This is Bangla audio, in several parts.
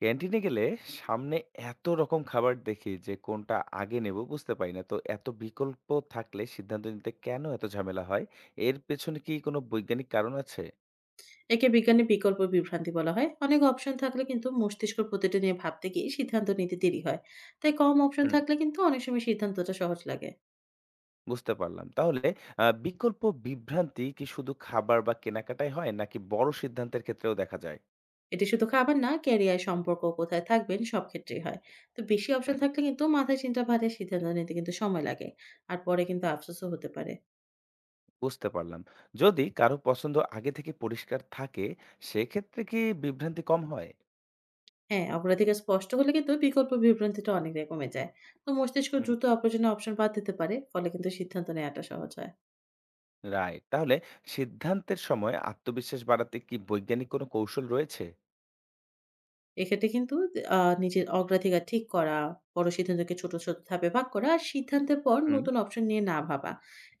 ক্যান্টিনে গেলে সামনে এত রকম খাবার দেখি যে কোনটা আগে নেব বুঝতে পারি না। তো এত বিকল্প থাকলে সিদ্ধান্ত নিতে কেন এত ঝামেলা হয়? এর পেছনে কি কোনো বৈজ্ঞানিক কারণ আছে? একে বিজ্ঞানের বিকল্প বিভ্রান্তি বলা হয়। অনেক অপশন থাকলে কিন্তু মস্তিষ্ক প্রতিটা নিয়ে ভাবতে গিয়ে সিদ্ধান্ত নিতে দেরি হয়। তাই কম অপশন হুম, থাকলে কিন্তু অনেক সময় সিদ্ধান্তটা সহজ লাগে। বুঝতে পারলাম। তাহলে বিকল্প বিভ্রান্তি কি শুধু খাবার বা কেনাকাটায় হয় নাকি বড় সিদ্ধান্তের ক্ষেত্রেও দেখা যায়? এটি শুধু খাবার না, ক্যারিয়ার, সম্পর্ক, কোথায় থাকবেন সব ক্ষেত্রেই হয়। তো বেশি অপশন হুম, থাকলে কিন্তু মাথায় চিন্তা ভারে, সিদ্ধান্ত নিতে কিন্তু সময় লাগে। আর পরে কিন্তু আফসোসও হতে পারে। বুঝতে পারলাম। যদি কারো পছন্দ আগে থেকে পরিষ্কার থাকে, সেক্ষেত্রে কি বিভ্রান্তি কম হয়? হ্যাঁ, অগ্রাধিকার স্পষ্ট হলে কিন্তু বিকল্প বিভ্রান্তিটা অনেকটাই কমে যায়। তো মস্তিষ্ক দ্রুত অপরজনের অপশন বাদ দিতে পারে, ফলে কিন্তু সিদ্ধান্ত নেওয়াটা সহজ হয়। রাইট। তাহলে সিদ্ধান্তের সময় আত্মবিশ্বাস বাড়াতে কি বৈজ্ঞানিক কোনো কৌশল রয়েছে? এক্ষেত্রে কিন্তু নিজের অগ্রাধিকার ঠিক করা, বড় সিদ্ধান্তকে ছোট, ছোট ধাপে ভাগ করা আর সিদ্ধান্তের পর হুম, নতুন অপশন নিয়ে না ভাবা।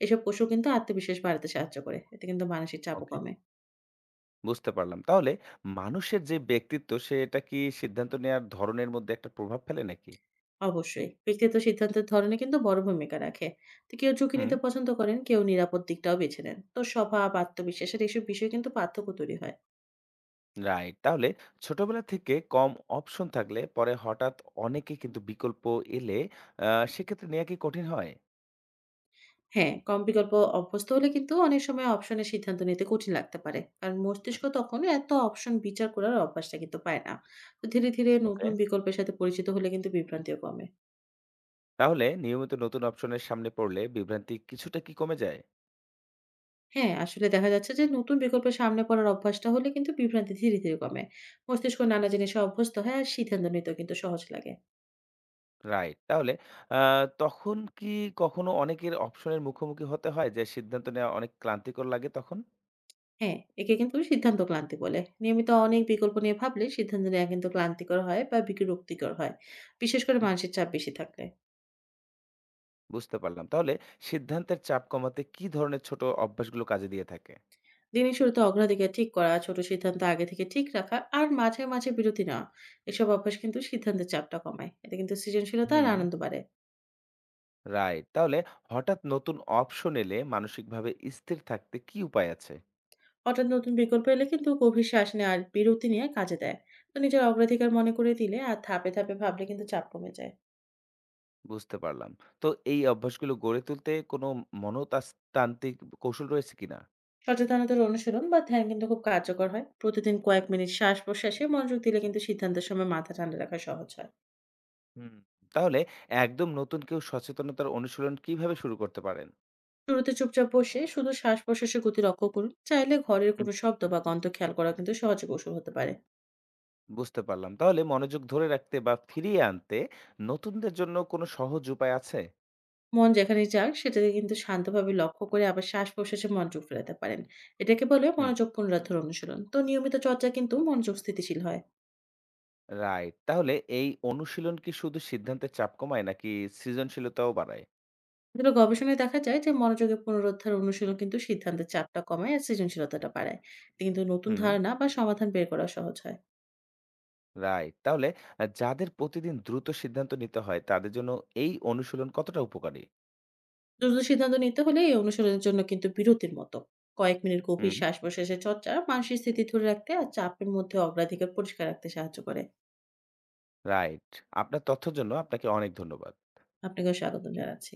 এসব কৌশল কিন্তু আত্মবিশ্বাস বাড়াতে সাহায্য করে। এতে কিন্তু মানসিক চাপও ওকে। কমে। বুঝতে পারলাম। তাহলে মানুষের যে ব্যক্তিত্ব সেটা কি সিদ্ধান্ত নেওয়ার ধরনের মধ্যে একটা প্রভাব ফেলে নাকি? অবশ্যই। ব্যক্তিগত সিদ্ধান্তের ধরনে কিন্তু বড় ভূমিকা রাখে। তো কেউ ঝুঁকি হুম। নিতে পছন্দ করেন, কেউ নিরাপদ দিকটাও বেছে নেন। তো স্বভাব, আত্মবিশ্বাসের এসব বিষয় কিন্তু পার্থক্য তৈরি হয়। রাইট। তাহলে ছোটবেলা থেকে কম অপশন থাকলে পরে হঠাৎ অনেকে কিন্তু বিকল্প এলে আ সেক্ষেত্রে নেয়া কি কঠিন হয়? হ্যাঁ, কম বিকল্প অভ্যস্ত হলে কিন্তু অনেক সময় অপশনের সিদ্ধান্ত নিতে কঠিন লাগতে পারে। কারণ মস্তিষ্ক হুম। তখন এত অপশন বিচার করার অভ্যাসটা কিন্তু পায় না। তো ধীরে, ধীরে ওকে। নতুন বিকল্পের সাথে পরিচিত হলে কিন্তু বিভ্রান্তিও কমে। তাহলে নিয়মিত নতুন অপশনের সামনে পড়লে বিভ্রান্তি কিছুটা কি কমে যায়? হ্যাঁ, আসলে দেখা যাচ্ছে যে নতুন বিকল্পের সামনে পড়ার অভ্যাসটা হলে কিন্তু বিভ্রান্তি ধীরে, ধীরে কমে। মস্তিষ্ক নানা জিনিসে অভ্যস্ত হয় আর সিদ্ধান্ত নিতেও কিন্তু সহজ লাগে। রাইট। তাহলে আ তখন কি কখনো অনেকের অপশনের মুখোমুখি হতে হয় যে সিদ্ধান্ত নেওয়া অনেক ক্লান্তিকর লাগে তখন? হ্যাঁ, একে কিন্তু সিদ্ধান্ত ক্লান্তি বলে। নিয়মিত অনেক বিকল্প নিয়ে ভাবলে সিদ্ধান্ত নেওয়া কিন্তু ক্লান্তিকর হয় বা বিরক্তিকর হয়। বিশেষ করে হুম। মানসিক চাপ বেশি থাকলে। বুঝতে পারলাম। তাহলে সিদ্ধান্তের চাপ কমাতে কি ধরনের ছোট অভ্যাসগুলো কাজে দিয়ে থাকে? দিনের শুরুতে অগ্রাধিকার ঠিক করা, ছোট সিদ্ধান্ত আগে থেকে ঠিক রাখা আর মাঝে, মাঝে বিরতি নেওয়া। এসব অভ্যাস কিন্তু সিদ্ধান্তের চাপটা কমায়। এতে কিন্তু সৃজনশীলতা আর হুম। আনন্দ বাড়ে। রাইট। তাহলে হঠাৎ নতুন অপশন এলে মানসিকভাবে স্থির থাকতে কি উপায় আছে? হঠাৎ নতুন বিকল্প এলে কিন্তু গভীর শ্বাস নেওয়া আর বিরতি নিয়ে কাজে দেয়। তো নিজের অগ্রাধিকার মনে করে দিলে আর ধাপে, ধাপে ভাবলে কিন্তু চাপ কমে যায়। বুঝতে পারলাম। তো এই অভ্যাসগুলো গড়ে তুলতে কোনো মনতাস্তান্ত্রিক কৌশল রয়েছে কিনা? সচেতনতার অনুশীলন বা ধ্যান কিন্তু খুব কার্যকর হয়। প্রতিদিন কয়েক মিনিট শ্বাস-প্রশ্বাসে মনোযোগ দিলে কিন্তু সিদ্ধান্তের সময় মাথা ঠান্ডা রাখা সহজ হয়। হুম। তাহলে একদম নতুন কেউ সচেতনতার অনুশীলন কিভাবে শুরু করতে পারেন? শুরুতে চুপচাপ বসে শুধু শ্বাস-প্রশ্বাসের গতি লক্ষ্য করুন। চাইলে ঘরের কোনো শব্দ বা গন্ধ খেয়াল করা কিন্তু সহজ কৌশল হতে পারে। বুঝতে পারলাম। তাহলে মনোযোগ ধরে রাখতে বা ফিরিয়ে আনতে নতুনদের জন্য কোনো সহজ উপায় আছে? মন যেখানে যাক সেটাকে কিন্তু শান্তভাবে লক্ষ্য করে আবার শ্বাস-প্রশ্বাসে মনোযোগ ফেরাতে পারেন। এটাকে বলে হুম। মনোযোগ পুনরুদ্ধার অনুশীলন। তো নিয়মিত চর্চা কিন্তু মনোযোগ স্থিতিশীল হয়। রাইট। তাহলে এই অনুশীলন কি শুধু সিদ্ধান্তের চাপ কমায় নাকি সৃজনশীলতাও বাড়ায়? আসলে গবেষণায় দেখা যায় যে মনোযোগের পুনরুদ্ধার অনুশীলন কিন্তু সিদ্ধান্তের চাপটা কমায় আর সৃজনশীলতাটা বাড়ায়। এতে কিন্তু নতুন হুম। ধারণা বা সমাধান বের করা সহজ হয়। রাইট। তাহলে যাদের প্রতিদিন দ্রুত সিদ্ধান্ত নিতে হয় তাদের জন্য এই অনুশীলন কতটা উপকারী? দ্রুত সিদ্ধান্ত নিতে হলে এই অনুশীলনের জন্য কিন্তু বিরতির মতো কয়েক মিনিট গভীর হুম। শ্বাস-প্রশ্বাসের চর্চা মানসিক স্থিতি ধরে রাখতে আর চাপের মধ্যে অগ্রাধিকার পরিষ্কার রাখতে সাহায্য করে। রাইট। আপনার তথ্যের জন্য আপনাকে অনেক ধন্যবাদ। আপনাকেও স্বাগতম জানাচ্ছি।